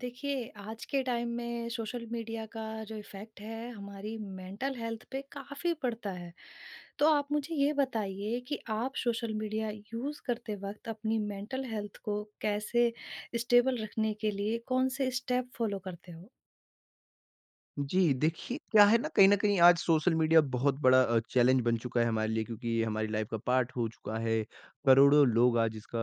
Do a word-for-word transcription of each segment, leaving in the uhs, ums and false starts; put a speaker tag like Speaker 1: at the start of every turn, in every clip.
Speaker 1: देखिए, आज के टाइम में सोशल मीडिया का जो इफ़ेक्ट है हमारी मेंटल हेल्थ पे काफ़ी पड़ता है। तो आप मुझे ये बताइए कि आप सोशल मीडिया यूज़ करते वक़्त अपनी मेंटल हेल्थ को कैसे स्टेबल रखने के लिए कौन-से स्टेप फ़ॉलो करते हो?
Speaker 2: जी, देखिए क्या है ना कहीं न कहीं आज सोशल मीडिया बहुत बड़ा अ, चैलेंज बन चुका है हमारे लिए क्योंकि ये हमारी लाइफ़ का पार्ट हो चुका है। करोड़ों लोग आज इसका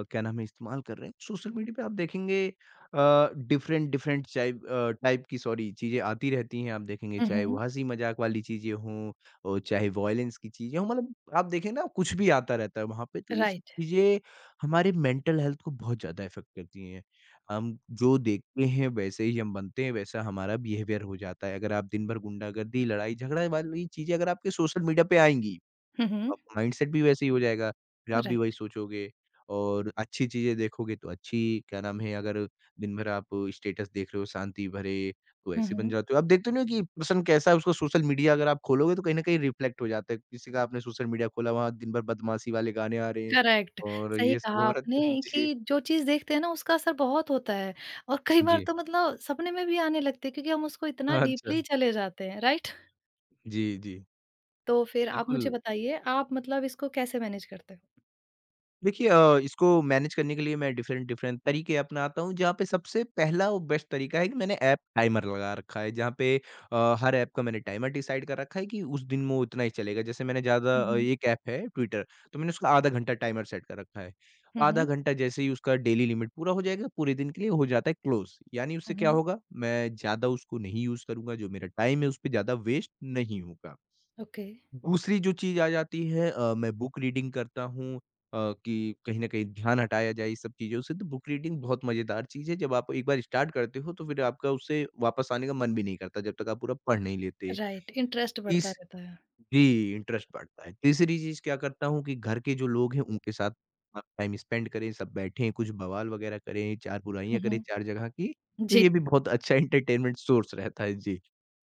Speaker 2: अ, क्या नाम है इस्तेमाल कर रहे हैं। सोशल मीडिया पे आप देखेंगे अ, डिफरेंट डिफरेंट चाइप अ, टाइप की सॉरी चीज़ें आती रहती हैं। आप देखेंगे
Speaker 1: हुँ,
Speaker 2: चाहे वो
Speaker 1: हुँ।
Speaker 2: हँसी-मज़ाक वाली चीज़ें हों और चाहे वॉयलेंस की चीज़ें हों मतलब आप देखें ना कुछ भी आता रहता है वहाँ पे। तो ये सब
Speaker 1: राइट।
Speaker 2: चीज़ें हमारे मेंटल हेल्थ को बहुत ज़्यादा इफ़ेक्ट करती हैं। हम जो देखते हैं वैसे ही हम बनते हैं, वैसा हमारा बिहेवियर हो जाता है। अगर आप दिन भर गुंडागर्दी, लड़ाई-झगड़ा वाली चीज़ें अगर आपके सोशल मीडिया पे आएँगी,
Speaker 1: हुँ, हुँ।
Speaker 2: तो आपका माइंडसेट भी वैसे ही हो जाएगा, फिर आप भी वही
Speaker 1: राइट।
Speaker 2: सोचोगे और अच्छी चीज़ें देखोगे तो अच्छी क्या नाम है अगर दिन भर आप स्टेटस देख रहे हो शांति भरे, तो
Speaker 1: हुँ,
Speaker 2: ऐसे बन
Speaker 1: हुँ।
Speaker 2: जाते हो। आप देखते नहीं हो कि पर्सन कैसा है उसका सोशल मीडिया अगर आप खोलोगे तो कहीं न कहीं रिफ्लेक्ट हो जाता है। किसी का आपने सोशल मीडिया खोला वहाँ दिन भर बदमाशी वाले गाने आ रहे हैं
Speaker 1: करेक्ट।
Speaker 2: और
Speaker 1: सही
Speaker 2: ये सब
Speaker 1: कहा
Speaker 2: हो रहा है
Speaker 1: आपने
Speaker 2: जी।
Speaker 1: कि जो चीज़ देखते हैं ना उसका असर बहुत होता है और कई बार
Speaker 2: जी।
Speaker 1: तो मतलब सपने में भी आने लगती है क्योंकि हम उसको इतना
Speaker 2: अच्छा।
Speaker 1: डीपली चले जाते हैं, राइट?
Speaker 2: जी, जी।
Speaker 1: तो फिर आप मुझे
Speaker 2: बिल्कुल,
Speaker 1: बताइए, आप मतलब इसको कैसे मैनेज करते हो?
Speaker 2: देखिए अ, इसको मैनेज करने के लिए मैं डिफरेंट-डिफरेंट तरीके अपनाता हूँ, जहाँ पे सबसे पहला और बेस्ट तरीका है कि मैंने ऐप टाइमर लगा रखा है, जहाँ पे अ, हर ऐप का मैंने टाइमर डिसाइड कर रखा है कि उस दिन में वो इतना ही चलेगा। जैसे मैंने ज़्यादा
Speaker 1: हुँ,
Speaker 2: अ,
Speaker 1: हुँ।
Speaker 2: एक ऐप है ट्विटर, तो मैंने उसका आधा घंटा टाइमर सेट कर रखा है।
Speaker 1: हुँ,
Speaker 2: आधा
Speaker 1: हुँ।
Speaker 2: घंटा जैसे ही उसका डेली लिमिट पूरा हो जाएगा, पूरे दिन के लिए हो जाता है क्लोज़। यानी उससे
Speaker 1: हुँ,
Speaker 2: क्या
Speaker 1: हुँ।
Speaker 2: होगा, मैं ज़्यादा उसको नहीं यूज़ करूँगा, जो मेरा टाइम है उस पे ज़्यादा वेस्ट नहीं होगा।
Speaker 1: ओके,
Speaker 2: दूसरी जो चीज़ आ जाती है अ, मैं बुक रीडिंग करता हूँ अ, कि कहीं न कहीं ध्यान हटाया जाए इस सब चीज़ों से, तो बुक रीडिंग बहुत मज़ेदार चीज़ है। जब आप एक बार स्टार्ट करते हो, तो फिर आपका उससे वापस आने का मन भी नहीं करता, जब तक आप पूरा पढ़ नहीं लेते।
Speaker 1: राइट इंटरेस्ट बढ़ता
Speaker 2: तीस
Speaker 1: रहता है।
Speaker 2: जी, इंटरेस्ट बढ़ता है। तीसरी चीज़ क्या करता हूँ कि घर के जो लोग हैं, उनके साथ आप टाइम स्पेंड करें, सब बैठें, कुछ बवाल वगैरह करें, चार बुराइयाँ
Speaker 1: हुँ,
Speaker 2: करें
Speaker 1: हुँ।
Speaker 2: चार जगह की, तो
Speaker 1: जी।
Speaker 2: ये भी बहुत अच्छा एंटरटेनमेंट सोर्स रहता है। जी,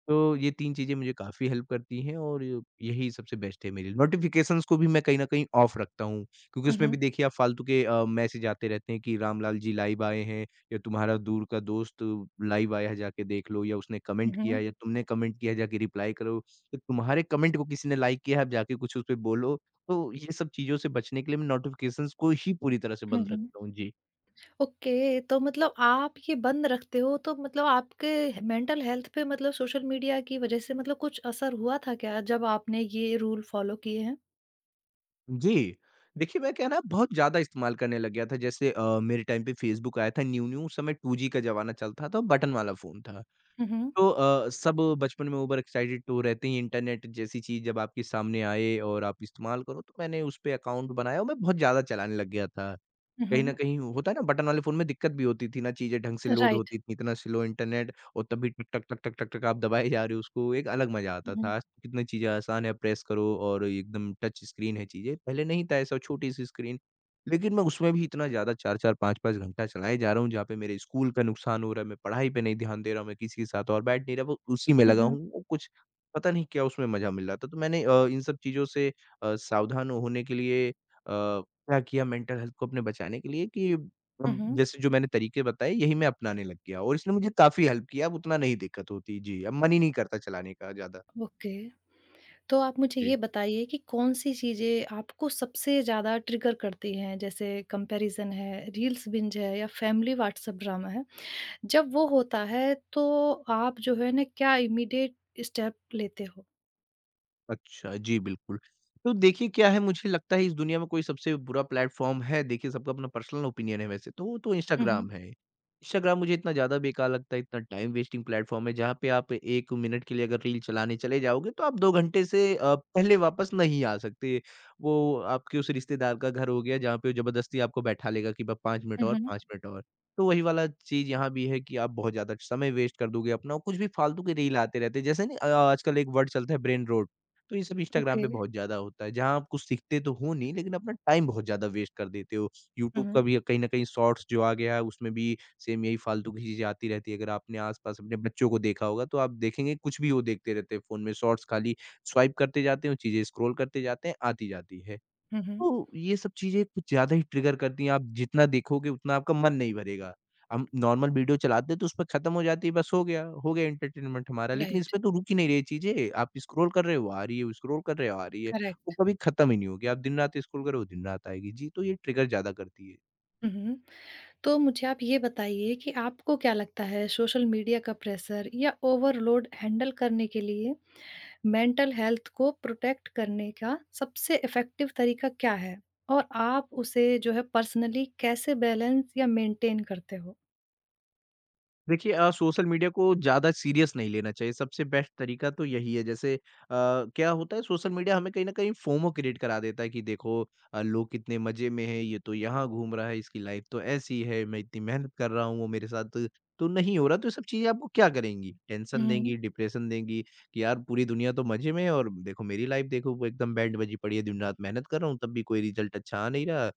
Speaker 2: तो ये तीन चीज़ें मुझे काफ़ी हेल्प करती हैं और ये- यही सबसे बेस्ट है मेरे लिए। नोटिफ़िकेशंस को भी मैं कहीं न कहीं ऑफ रखता हूँ, क्योंकि
Speaker 1: हुँ,
Speaker 2: उसमें भी
Speaker 1: हुँ।
Speaker 2: देखिए आप फ़ालतू के अ, मैसेज आते रहते हैं कि रामलाल जी लाइव आए हैं या तुम्हारा दूर का दोस्त लाइव आया है, जाके देख लो या उसने
Speaker 1: हुँ,
Speaker 2: कमेंट किया
Speaker 1: हुँ।
Speaker 2: है या तुमने कमेंट किया है, जाके रिप्लाई करो। तो तुम्हारे कमेंट को किसी ने लाइक किया है, आप जाके कुछ उस पे बोलो। तो ये सब चीज़ों से बचने के लिए मैं नोटिफ़िकेशंस को ही पूरी तरह से
Speaker 1: हुँ,
Speaker 2: बंद
Speaker 1: हुँ।
Speaker 2: रखता हूँ। जी।
Speaker 1: ओके, तो मतलब आप ये बंद रखते हो तो मतलब आपके मेंटल हेल्थ पे मतलब सोशल मीडिया की वज़ह से मतलब कुछ असर हुआ था क्या जब आपने ये रूल फ़ॉलो किए हैं?
Speaker 2: जी। देखिए, मैं क्या है ना बहुत ज़्यादा इस्तेमाल करने लग गया था। जैसे अ, मेरे टाइम पे फ़ेसबुक आया था न्यू-न्यू उस समय टू जी का ज़माना चलता था, बटन वाला फ़ोन था।
Speaker 1: हुँ, हुँ।
Speaker 2: तो अ, सब बचपन में ओवर एक्साइटेड तो रहते ही इंटरनेट जैसी चीज़ जब आपके सामने आए और आप इस्तेमाल करो, तो मैंने उस पे अकाउंट बनाया और मैं बहुत ज़्यादा चलाने लग गया था।
Speaker 1: हुँ,
Speaker 2: कहीं न
Speaker 1: हुँ।
Speaker 2: कहीं होता है ना बटन वाले फ़ोन में दिक्कत भी होती थी ना, चीज़ें ढंग से लोड
Speaker 1: राइट।
Speaker 2: होती थी, इतना स्लो इंटरनेट और तब भी टक, टक, टक, टक, टक, टक आप दबाए जा रहे हो उसको, एक अलग मज़ा आता
Speaker 1: हुँ, हुँ।
Speaker 2: था। आज कितनी चीज़ें आसान है, प्रेस करो और ये एकदम टच स्क्रीन है चीज़ें, पहले नहीं था ऐसा छोटी-सी स्क्रीन। लेकिन मैं उसमें भी इतना ज़्यादा चार चार पाँच पाँच घंटा चलाए जा रहा हूँ, जहाँ पे मेरे स्कूल का नुकसान हो रहा है, मैं पढ़ाई पे नहीं ध्यान दे रहा हूँ, मैं किसी के साथ और बैठ नहीं रहा, वो उसी में
Speaker 1: हुँ,
Speaker 2: लगा
Speaker 1: हुँ।
Speaker 2: हूँ, वो कुछ पता नहीं क्या उसमें मज़ा मिल रहा था। तो मैंने अ, इन सब चीज़ों से अ, सावधान होने के लिए अ क्या किया मेंटल हेल्थ को अपने बचाने के लिए कि
Speaker 1: हुँ,
Speaker 2: हम
Speaker 1: हुँ।
Speaker 2: जैसे जो मैंने तरीके बताए यही मैं अपनाने लग गया और इसने मुझे काफ़ी हेल्प किया, अब उतना नहीं दिक्कत होती। जी, अब मन ही नहीं करता चलाने का ज़्यादा।
Speaker 1: ओके। तो आप मुझे
Speaker 2: जी।
Speaker 1: ये बताइए कि कौन-सी चीज़ें आपको सबसे ज़्यादा ट्रिगर करती हैं? जैसे कंपैरिज़न है, रील्स बिंज है या फैमिली व्हाट्सएप ड्रामा है। जब वो होता है तो आप जो है ना क्या इमीडिएट स्टेप लेते हो?
Speaker 2: अच्छा, जी, बिल्कुल। तो देखिए क्या है मुझे लगता है इस दुनिया में कोई सबसे बुरा प्लेटफ़ॉर्म है, देखिए सबका अपना पर्सनल ओपिनियन है वैसे तो, वो तो
Speaker 1: हुँ, हुँ।
Speaker 2: इंस्टाग्राम है। इंस्टाग्राम मुझे इतना ज़्यादा बेकार लगता है, इतना टाइम वेस्टिंग प्लेटफ़ॉर्म है जहाँ पे आप एक मिनट के लिए अगर रील चलाने चले जाओगे तो आप दो घंटे से अ, पहले वापस नहीं आ सकते। वो आपके उस रिश्तेदार का घर हो गया जहाँ पे वो ज़बरदस्ती आपको बैठा लेगा कि ब पाँच मिनट
Speaker 1: हुँ,
Speaker 2: और,
Speaker 1: हुँ।
Speaker 2: पाँच मिनट और। तो वही वाला चीज़ यहाँ भी है कि आप बहुत ज़्यादा समय वेस्ट कर दोगे अपना और कुछ भी फालतू के रील आते रहते हैं। जैसे नहीं अ, आजकल एक वर्ड चलता है ब्रेन रोट। तो ये सब इंस्टाग्राम
Speaker 1: ओके।
Speaker 2: पे बहुत ज़्यादा होता है, जहाँ आप कुछ सीखते तो हो नहीं लेकिन अपना टाइम बहुत ज़्यादा वेस्ट कर देते हो।
Speaker 1: हुँ,
Speaker 2: यूट्यूब का
Speaker 1: हुँ।
Speaker 2: भी कहीं न कहीं शॉर्ट्स जो आ गया है उसमें भी सेम यही फालतू की चीज़ें आती रहती है। अगर आपने आस-पास अपने बच्चों को देखा होगा तो आप देखेंगे कुछ भी वो देखते रहते हैं फ़ोन में शॉर्ट्स खाली स्वाइप करते जाते हैं, वो चीज़ें स्क्रॉल करते जाते हैं, आती जाती है।
Speaker 1: हुँ, हुँ।
Speaker 2: तो ये सब चीज़ें कुछ ज़्यादा ही ट्रिगर करती हैं, आप जितना देखोगे उतना आपका मन नहीं भरेगा। हम नॉर्मल वीडियो चलाते हैं तो उसपे खत्म हो जाती है, बस हो गया, हो गया एंटरटेनमेंट हमारा। लेकिन
Speaker 1: राइट,
Speaker 2: इसमें तो रुक ही नहीं रही चीज़ें, आप स्क्रॉल कर रहे हो, आ रही है, स्क्रॉल कर रहे हो, आ रही है। वो
Speaker 1: करेक्ट।
Speaker 2: कभी खत्म ही नहीं होगी, आप दिन-रात स्क्रॉल करो, दिन-रात आएगी। जी, तो ये ट्रिगर ज़्यादा करती है।
Speaker 1: हुँ, हुँ। तो मुझे आप ये बताइए कि आपको क्या लगता है सोशल मीडिया का प्रेशर या ओवरलोड हैंडल करने के लिए मेंटल हेल्थ को प्रोटेक्ट करने का सबसे इफ़ेक्टिव तरीका क्या है? और आप उसे जो है पर्सनली कैसे बैलेंस या मेंटेन करते हो?
Speaker 2: देखिए अ, सोशल मीडिया को ज़्यादा सीरियस नहीं लेना चाहिए, सबसे बेस्ट तरीका तो यही है। जैसे अ, क्या होता है सोशल मीडिया हमें कहीं न कहीं फोमो क्रिएट करा देता है कि देखो अ, लोग कितने मज़े में हैं, ये तो यहाँ घूम रहा है, इसकी लाइफ तो ऐसी है, मैं इतनी मेहनत कर रहा हूँ, वो मेरे साथ तो नहीं हो रहा। तो ये सब चीज़ें आपको क्या करेंगी? टेंशन
Speaker 1: हुँ।
Speaker 2: देंगी, डिप्रेशन देंगी कि यार पूरी दुनिया तो मज़े में है और देखो मेरी लाइफ देखो वो एकदम बैंड बजी पड़ी है, दिन-रात मेहनत कर रहा हूँ, तब भी कोई रिज़ल्ट अच्छा आ नहीं रहा।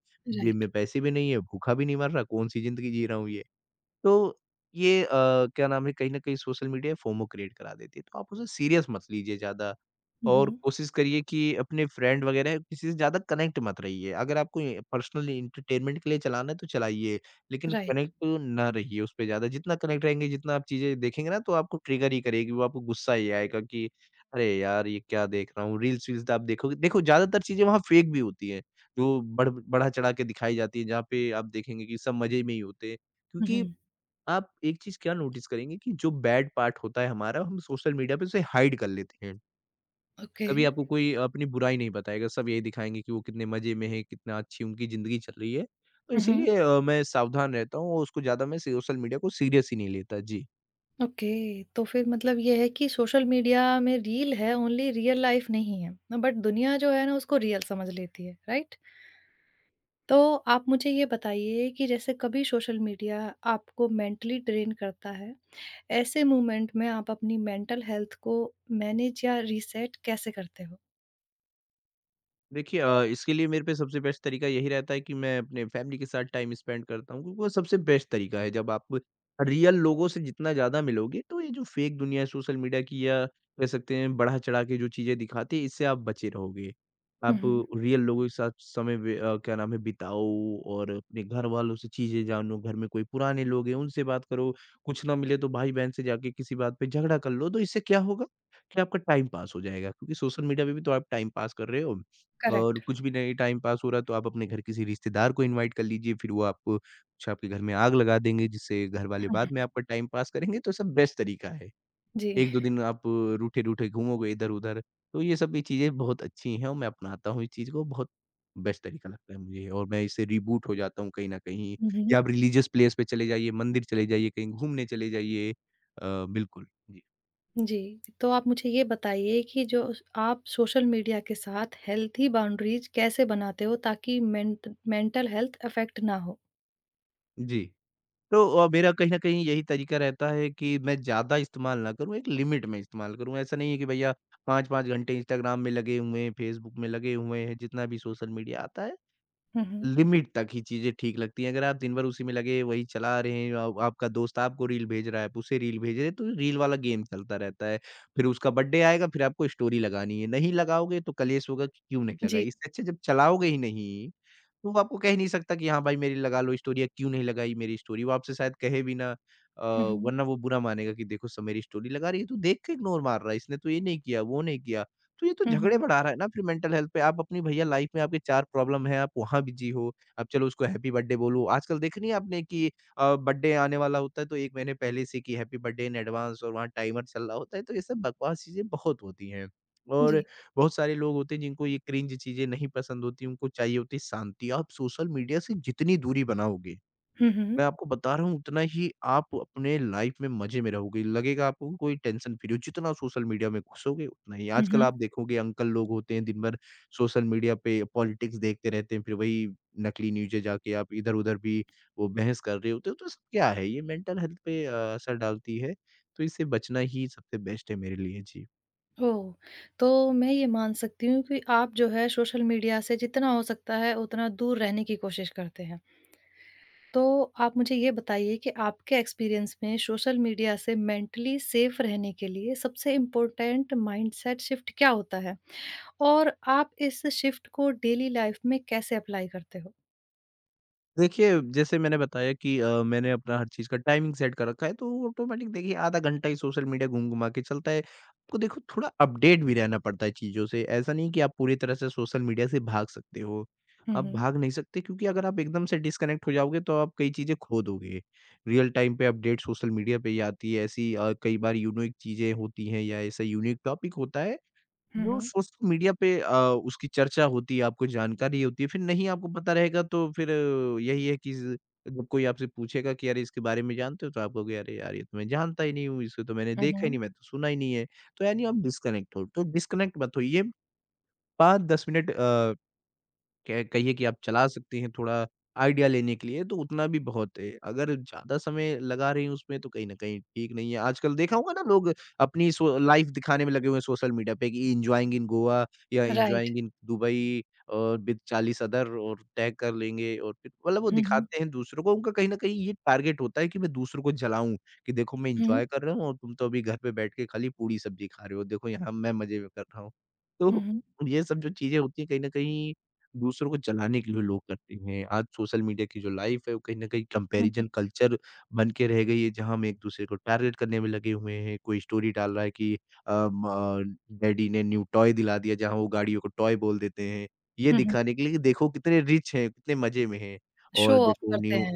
Speaker 2: जेब
Speaker 1: राइट।
Speaker 2: में पैसे भी नहीं है, भूखा भी नहीं मर रहा, कौन-सी ज़िंदगी जी रहा हूँ ये। तो ये अ, क्या नाम है कहीं न कहीं सोशल मीडिया फोमो क्रिएट करा देती है, तो आप उसे सीरियस मत लीजिए ज़्यादा
Speaker 1: हुँ,
Speaker 2: और
Speaker 1: हुँ।
Speaker 2: कोशिश करिए कि अपने फ्रेंड वग़ैरह किसी से ज़्यादा कनेक्ट मत रहिए। अगर आपको ये पर्सनल एंटरटेनमेंट के लिए चलाना है तो चलाइए, लेकिन
Speaker 1: राइट।
Speaker 2: कनेक्ट ना रहिए उस पे ज़्यादा। जितना कनेक्ट रहेंगे, जितना आप चीज़ें देखेंगे ना तो आपको ट्रिगर ही करेगी, वो आपको गुस्सा ही आएगा कि अरे यार! ये क्या देख रहा हूँ। रील्स-वील्स आप देखोगे देखो ज़्यादातर चीज़ें वहाँ फेक भी होती हैं, जो बढ़ बढ़ा-चढ़ा के दिखाई जाती है, जहाँ पे आप देखेंगे कि सब मज़े में ही होते हैं।
Speaker 1: हुँ,
Speaker 2: क्योंकि
Speaker 1: हुँ।
Speaker 2: आप एक चीज़ क्या नोटिस करेंगे कि जो बैड पार्ट होता है हमारा, हम सोशल मीडिया पे उसे हाइड कर लेते हैं।
Speaker 1: ओके।
Speaker 2: कभी आपको कोई अपनी बुराई नहीं बताएगा, सब यही दिखाएँगे कि वो कितने मज़े में हैं, कितना अच्छी उनकी ज़िंदगी चल रही है। तो
Speaker 1: हुँ, हुँ।
Speaker 2: इसीलिए अ, मैं सावधान रहता हूँ और उसको ज़्यादा मैं सोशल मीडिया को सीरियस ही नहीं लेता। जी।
Speaker 1: ओके, तो फिर मतलब ये है कि सोशल मीडिया में रील है, ओनली रियल लाइफ़ नहीं है। बट दुनिया जो है ना उसको रियल समझ लेती है, राइट? तो आप मुझे ये बताइए कि जैसे कभी सोशल मीडिया आपको मेंटली ड्रेन करता है? ऐसे मोमेंट में आप अपनी मेंटल हेल्थ को मैनेज या रीसेट कैसे करते हो?
Speaker 2: देखिए अ, इसके लिए मेरे पे सबसे बेस्ट तरीका यही रहता है कि मैं अपने फैमिली के साथ टाइम स्पेंड करता हूँ क्योंकि वो सबसे बेस्ट तरीका है। जब आप रियल लोगों से जितना ज़्यादा मिलोगे तो ये जो फेक दुनिया है सोशल मीडिया की या कह सकते हैं बढ़ा चढ़ा के जो चीज़ें दिखाती है इससे आप बचे रहोगे।
Speaker 1: हुँ,
Speaker 2: आप
Speaker 1: हुँ।
Speaker 2: रियल लोगों के साथ समय वे अ, क्या नाम है बिताओ और अपने घर वालों से चीज़ें जानो, घर में कोई पुराने लोग हैं उनसे बात करो, कुछ ना मिले तो भाई-बहन से जाके किसी बात पे झगड़ा कर लो तो इससे क्या होगा कि आपका टाइम पास हो जाएगा क्योंकि सोशल मीडिया पे भी तो आप टाइम पास कर रहे हो। और
Speaker 1: करेक्ट।
Speaker 2: कुछ भी नहीं टाइम पास हो रहा तो आप अपने घर किसी रिश्तेदार को इनवाइट कर लीजिए, फिर वो आपको कुछ आपके घर में आग लगा देंगे जिससे घर वाले
Speaker 1: हुँ,
Speaker 2: बाद में आपका टाइम पास करेंगे, तो सब बेस्ट तरीका है।
Speaker 1: जी।
Speaker 2: एक-दो दिन आप रूठे-रूठे घूमोगे इधर-उधर। तो ये सब भी चीज़ें बहुत अच्छी हैं, और मैं अपनाता हूँ इस चीज़ को। बहुत बेस्ट तरीका लगता है मुझे, और मैं इससे रिबूट हो जाता हूँ कहीं न कहीं।
Speaker 1: हुँ। हुँ, हुँ।
Speaker 2: या आप रिलीजियस प्लेस पे चले जाइए, मंदिर चले जाइए, कहीं घूमने चले जाइए अ, बिल्कुल। जी।
Speaker 1: जी, तो आप मुझे ये बताइए कि जो आप सोशल मीडिया के साथ हेल्थी बाउंड्रीज कैसे बनाते हो ताकि मेंट मेंटल हेल्थ अफेक्ट ना हो?
Speaker 2: जी। तो अ, मेरा कहीं न कहीं यही तरीका रहता है कि मैं ज़्यादा इस्तेमाल ना करूँ, एक लिमिट में इस्तेमाल करूँ। ऐसा नहीं है कि भैया पाँच-पाँच घंटे इंस्टाग्राम में लगे हुए हैं, फेसबुक में लगे हुए हैं, जितना भी सोशल मीडिया आता है,
Speaker 1: हुँ, हुँ।
Speaker 2: लिमिट तक ही चीज़ें ठीक लगती हैं। अगर आप दिन भर उसी में लगे, वही चला रहे हैं, अब आपका दोस्त आपको रील भेज रहा है, आप उसे रील भेज रहे हैं, तो रील वाला गेम चलता रहता है। फिर उसका बर्थडे आएगा, फिर आपको स्टोरी लगानी है, नहीं लगाओगे तो कलेश होगा कि क्यों नहीं
Speaker 1: जी।
Speaker 2: लगाई? इससे अच्छा जब चलाओगे ही नहीं, तो वो आपको कह नहीं सकता कि हाँ भाई मेरी लगा लो स्टोरी, या क्यों नहीं लगाई मेरी स्टोरी। वो आपसे शायद कहे भी ना अ,
Speaker 1: हुँ, हुँ।
Speaker 2: वरना वो बुरा मानेगा कि देखो सब मेरी स्टोरी लगा रही है, तू देख के इग्नोर मार रहा है, इसने तो ये नहीं किया, वो नहीं किया। तो ये तो
Speaker 1: हुँ,
Speaker 2: झगड़े
Speaker 1: हुँ।
Speaker 2: बढ़ा रहा है ना फिर मेंटल हेल्थ पे। आप अपनी भैया लाइफ में आपके चार प्रॉब्लम है, आप वहाँ बिज़ी हो। अब चलो उसको हैप्पी बर्थडे बोलो। आजकल देखा नहीं है आपने कि अ, बर्थडे आने वाला होता है तो एक महीने पहले से कि हैप्पी बर्थडे इन एडवांस, और वहाँ टाइमर चल रहा होता है। तो ये सब बकवास चीज़ें बहुत होती हैं। और
Speaker 1: जी।
Speaker 2: बहुत सारे लोग होते हैं जिनको ये क्रिंज चीज़ें नहीं पसंद होती, उनको चाहिए होती है शांति। आप सोशल मीडिया से जितनी दूरी बनाओगे,
Speaker 1: हुँ, हुँ।
Speaker 2: मैं आपको बता रहा हूँ, उतना ही आप अपने लाइफ में मज़े में रहोगे। लगेगा आपको कि कोई टेंशन फ्री हो, जितना सोशल मीडिया में घुसोगे उतना ही।
Speaker 1: हुँ,
Speaker 2: आजकल
Speaker 1: हुँ।
Speaker 2: आप देखोगे अंकल लोग होते हैं दिन भर सोशल मीडिया पे पॉलिटिक्स देखते रहते हैं, फिर वही नकली न्यूज़ें जाके आप इधर-उधर भी वो बहस कर रहे होते हो, तो सब क्या है? ये मेंटल हेल्थ पे अ, असर डालती है, तो इससे बचना ही सबसे बेस्ट है मेरे लिए। जी।
Speaker 1: ओह! तो मैं ये मान सकती हूँ कि आप जो है सोशल मीडिया से जितना हो सकता है उतना दूर रहने की कोशिश करते हैं। तो आप मुझे ये बताइए कि आपके एक्सपीरियंस में सोशल मीडिया से मेंटली सेफ रहने के लिए सबसे इम्पोर्टेंट माइंडसेट शिफ्ट क्या होता है? और आप इस शिफ्ट को डेली लाइफ में कैसे अप्लाई करते हो?
Speaker 2: देखिए, जैसे मैंने बताया कि अ, मैंने अपना हर चीज़ का टाइमिंग सेट कर रखा है, तो वो ऑटोमेटिक देखिए आधा घंटा ही सोशल मीडिया घूम-घुमा के चलता है। आपको देखो थोड़ा अपडेट भी रहना पड़ता है चीज़ों से, ऐसा नहीं कि आप पूरी तरह से सोशल मीडिया से भाग सकते हो।
Speaker 1: हुँ,
Speaker 2: आप
Speaker 1: हुँ।
Speaker 2: भाग नहीं सकते क्योंकि अगर आप एकदम से डिस्कनेक्ट हो जाओगे तो आप कई चीज़ें खो दोगे। रियल टाइम पे अपडेट सोशल मीडिया पे ही आती है, ऐसी अ, कई बार यूनिक चीज़ें होती हैं या ऐसा यूनिक टॉपिक होता है,
Speaker 1: हुँ,
Speaker 2: वो
Speaker 1: हुँ।
Speaker 2: सोशल मीडिया पे अ, उसकी चर्चा होती है, आपको जानकारी होती है। फिर नहीं आपको पता रहेगा तो फिर अ, यही है कि ज़ जब कोई आपसे पूछेगा कि अरे इसके बारे में जानते हो? तो आप कहोगे अरे यार, ये तो मैं जानता ही नहीं हूँ, इसको तो मैंने
Speaker 1: हुँ,
Speaker 2: देखा ही नहीं,
Speaker 1: हुँ।
Speaker 2: मैं तो सुना ही नहीं है। तो यानी आप डिस्कनेक्ट हो, तो डिस्कनेक्ट मत होइए। पाँच-दस मिनट अ कह कहिए कि आप चला सकती हैं थोड़ा आइडिया लेने के लिए, तो उतना भी बहुत है। अगर ज़्यादा समय लगा रही हैं उसमें तो कहीं न कहीं ठीक नहीं है। आजकल देखा होगा ना, लोग अपनी सो लाइफ़ दिखाने में लगे हुए हैं सोशल मीडिया पे कि enjoying in Goa, yeah
Speaker 1: right.
Speaker 2: Enjoying in Dubai, और विथ चालीस अदर, और टैग कर लेंगे और फिर मतलब वो
Speaker 1: हुँ, हुँ।
Speaker 2: दिखाते हैं दूसरों को। उनका कहीं न कहीं ये टारगेट होता है कि मैं दूसरों को जलाऊँ, कि देखो मैं
Speaker 1: हुँ,
Speaker 2: एन्जॉय कर रहा हूँ और तुम तो अभी घर पे बैठ के खाली पूड़ी-सब्जी खा रहे हो। देखो यहाँ मैं मज़े में कर रहा हूँ।
Speaker 1: हुँ,
Speaker 2: तो
Speaker 1: हुँ,
Speaker 2: ये सब जो चीज़ें होती हैं, कहीं न कहीं दूसरों को जलाने के लिए लोग करते हैं। आज सोशल मीडिया की जो लाइफ़ है वो कहीं न कहीं
Speaker 1: हुँ, हुँ,
Speaker 2: कंपैरिज़न कल्चर बन के रह गई है, जहाँ हम एक दूसरे को टारगेट करने में लगे हुए हैं। कोई स्टोरी डाल रहा है कि अ, म डैडी ने न्यू टॉय दिला दिया, जहाँ वो गाड़ियों को टॉय बोल देते हैं। ये
Speaker 1: हुँ, हुँ।
Speaker 2: दिखाने के लिए कि देखो कितने रिच हैं, कितने मज़े में हैं,
Speaker 1: शो
Speaker 2: और
Speaker 1: ऑफ
Speaker 2: देखो
Speaker 1: करते
Speaker 2: न्यू।
Speaker 1: हैं।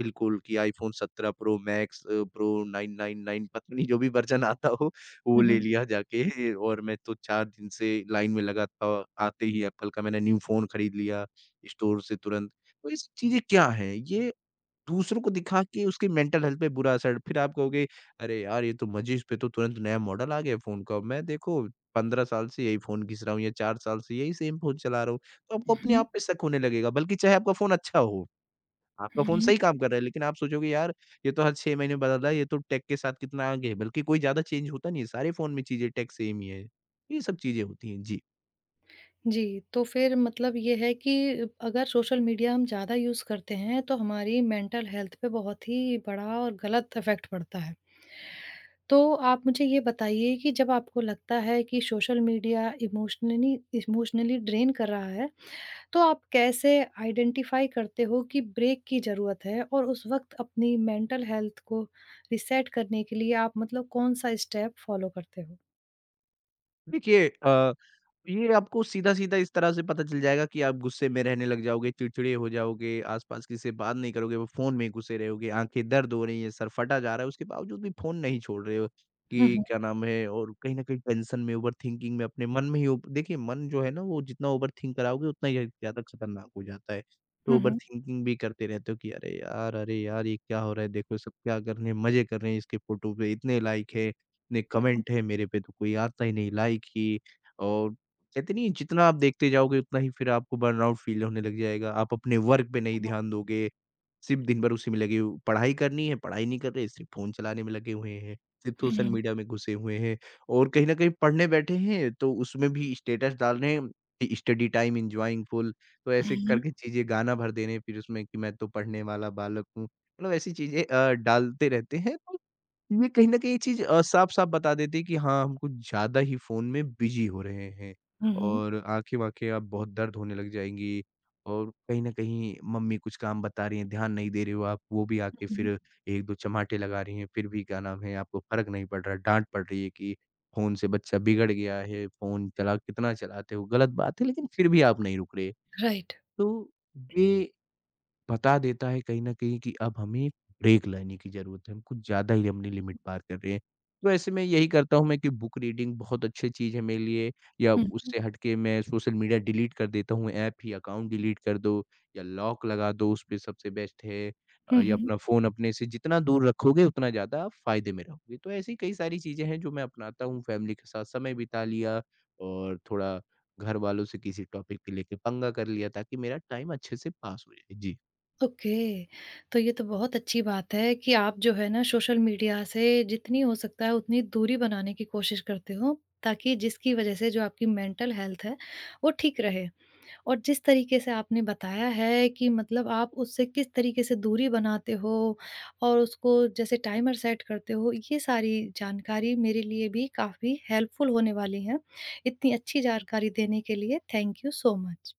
Speaker 2: बिल्कुल, कि आईफ़ोन सत्रह pro max uh, pro nine nine nine, पता नहीं जो भी वर्ज़न आता हो, वो
Speaker 1: हुँ,
Speaker 2: ले
Speaker 1: हुँ।
Speaker 2: लिया जाके, और मैं तो चार दिन से लाइन में लगा था। आते ही एप्पल का मैंने न्यू फ़ोन खरीद लिया स्टोर से तुरंत। तो ये सब चीज़ें क्या हैं? ये दूसरों को दिखा के उसकी मेंटल हेल्थ पे बुरा असर, फिर आप कहोगे, "अरे यार! ये तो मजे, इस पे तो तुरंत नया मॉडल आ गया फ़ोन का। मैं देखो पंद्रह साल से यही फ़ोन घिस रहा हूँ, या चार साल से यही सेम फ़ोन चला रहा हूँ।" तो आपको अपने
Speaker 1: हुँ,
Speaker 2: आप पे शक होने लगेगा, बल्कि चाहे आपका फ़ोन अच्छा हो। आपका फ़ोन
Speaker 1: हुँ।
Speaker 2: सही काम कर रहा है, लेकिन आप सोचोगे यार, ये तो हर छह महीने बदल रहा है, ये तो टेक के साथ कितना आगे है, बल्कि कोई ज़्यादा चेंज होता नहीं है, सारे फ़ोन में चीज़ें टेक सेम ही है। ये सब चीज़ें होती हैं। जी।
Speaker 1: जी, तो फिर मतलब ये है कि अगर सोशल मीडिया हम ज़्यादा यूज़ करते हैं तो हमारी मेंटल हेल्थ पे बहुत ही बड़ा और गलत इफ़ेक्ट पड़ता है। तो आप मुझे ये बताइए कि जब आपको लगता है कि social media emotionally emotionally drain कर रहा है, तो आप कैसे आइडेंटिफाई करते हो कि ब्रेक की ज़रूरत है? और उस वक़्त अपनी मेंटल हेल्थ को रीसेट करने के लिए आप मतलब कौन-सा स्टेप फॉलो करते हो?
Speaker 2: देखिए अ ये आपको सीधा-सीधा इस तरह से पता चल जाएगा कि आप गुस्से में रहने लग जाओगे, चिड़चिड़े हो जाओगे, आस-पास किसी से बात नहीं करोगे, वो फ़ोन में ही घुसे रहोगे, आँखें दर्द हो रही हैं, सर फटा जा रहा है, उसके बावजूद भी फ़ोन नहीं छोड़ रहे हो,
Speaker 1: हुँ,
Speaker 2: कि
Speaker 1: हुँ।
Speaker 2: क्या नाम है, और कहीं न कहीं टेंशन में, ओवरथिंकिंग में, अपने मन में ही ओव देखिए मन जो है ना, वो जितना ओवरथिंक कराओगे उतना ही ज़्यादा खतरनाक हो जाता है। तो
Speaker 1: हुँ, हुँ।
Speaker 2: ओवरथिंकिंग भी करते रहते हो कि अरे यार! अरे यार! ये क्या हो रहा है? देखो सब क्या कर रहे हैं, मज़े कर रहे हैं, इसके फ़ोटो पे इतने लाइक है, इतने कमेंट है, मेरे पे तो कोई आता ही नहीं लाइक ही। और कहते नहीं है, जितना आप देखते जाओगे उतना ही फिर आपको बर्नआउट फ़ील होने लग जाएगा। आप अपने वर्क पे नहीं
Speaker 1: हुँ,
Speaker 2: ध्यान दोगे, सिर्फ़ दिन भर उसी में लगे हो, पढ़ाई करनी है, पढ़ाई नहीं कर रहे, सिर्फ़ फ़ोन चलाने में लगे हुए हैं, सिर्फ़ सोशल
Speaker 1: हुँ।
Speaker 2: मीडिया में घुसे हुए हैं, और कहीं न कहीं पढ़ने बैठे हैं तो उसमें भी स्टेटस डाल रहे हैं कि स्टडी टाइम एन्जॉयिंग फुल। तो ऐसे
Speaker 1: हुँ,
Speaker 2: करके चीज़ें गाना भर दे रहे हैं फिर उसमें, कि मैं तो पढ़ने वाला बालक हूँ। मतलब ऐसी चीज़ें अ, डालते रहते हैं, तो ये कहीं न कहीं ये चीज़ अ, साफ-साफ बता देती है कि हाँ, हम कुछ ज़्यादा ही फ़ोन में बिज़ी हो रहे हैं,
Speaker 1: हुँ।
Speaker 2: और आँखें-वाँखें अब बहुत दर्द होने लग जाएँगी, और कहीं न कहीं मम्मी कुछ काम बता रही हैं, ध्यान नहीं दे रहे हो आप, वो भी आके
Speaker 1: हुँ, हुँ।
Speaker 2: फिर एक-दो चमाटे लगा रही हैं, फिर भी क्या नाम है, आपको फ़र्क नहीं पड़ रहा है, डाँट पड़ रही है कि फ़ोन से बच्चा बिगड़ गया है, फ़ोन चला कितना चलाते हो, गलत बात है, लेकिन फिर भी आप नहीं रुक रहे।
Speaker 1: राइट।
Speaker 2: तो ये बता देता है कहीं न कहीं कि अब हमें ब्रेक लेने की ज़रूरत है, हम कुछ ज़्यादा ही अपनी लिमिट पार कर रहे हैं। तो ऐसे में यही करता हूँ मैं कि बुक रीडिंग बहुत अच्छी चीज़ है मेरे लिए, या
Speaker 1: हुँ, हुँ।
Speaker 2: उससे हट के मैं सोशल मीडिया डिलीट कर देता हूँ, ऐप ही अकाउंट डिलीट कर दो, या लॉक लगा दो उस पे, सबसे बेस्ट है। अ,
Speaker 1: हुँ,
Speaker 2: या
Speaker 1: हुँ।
Speaker 2: अपना फ़ोन अपने से जितना दूर रखोगे उतना ज़्यादा आप फ़ायदे में रहोगे। तो ऐसी कई सारी चीज़ें हैं जो मैं अपनाता हूँ, फैमिली के साथ समय बिता लिया, और थोड़ा घर वालों से किसी टॉपिक पे लेके पंगा कर लिया ताकि मेरा टाइम अच्छे से पास हो जाए। जी।
Speaker 1: ओके। तो ये तो बहुत अच्छी बात है कि आप जो है ना सोशल मीडिया से जितनी हो सकता है उतनी दूरी बनाने की कोशिश करते हो, ताकि जिसकी वज़ह से जो आपकी मेंटल हेल्थ है, वो ठीक रहे। और जिस तरीके से आपने बताया है कि मतलब आप उससे किस तरीके से दूरी बनाते हो और उसको जैसे टाइमर सेट करते हो, ये सारी जानकारी मेरे लिए भी काफ़ी हेल्पफुल होने वाली है। इतनी अच्छी जानकारी देने के लिए थैंक यू सो मच।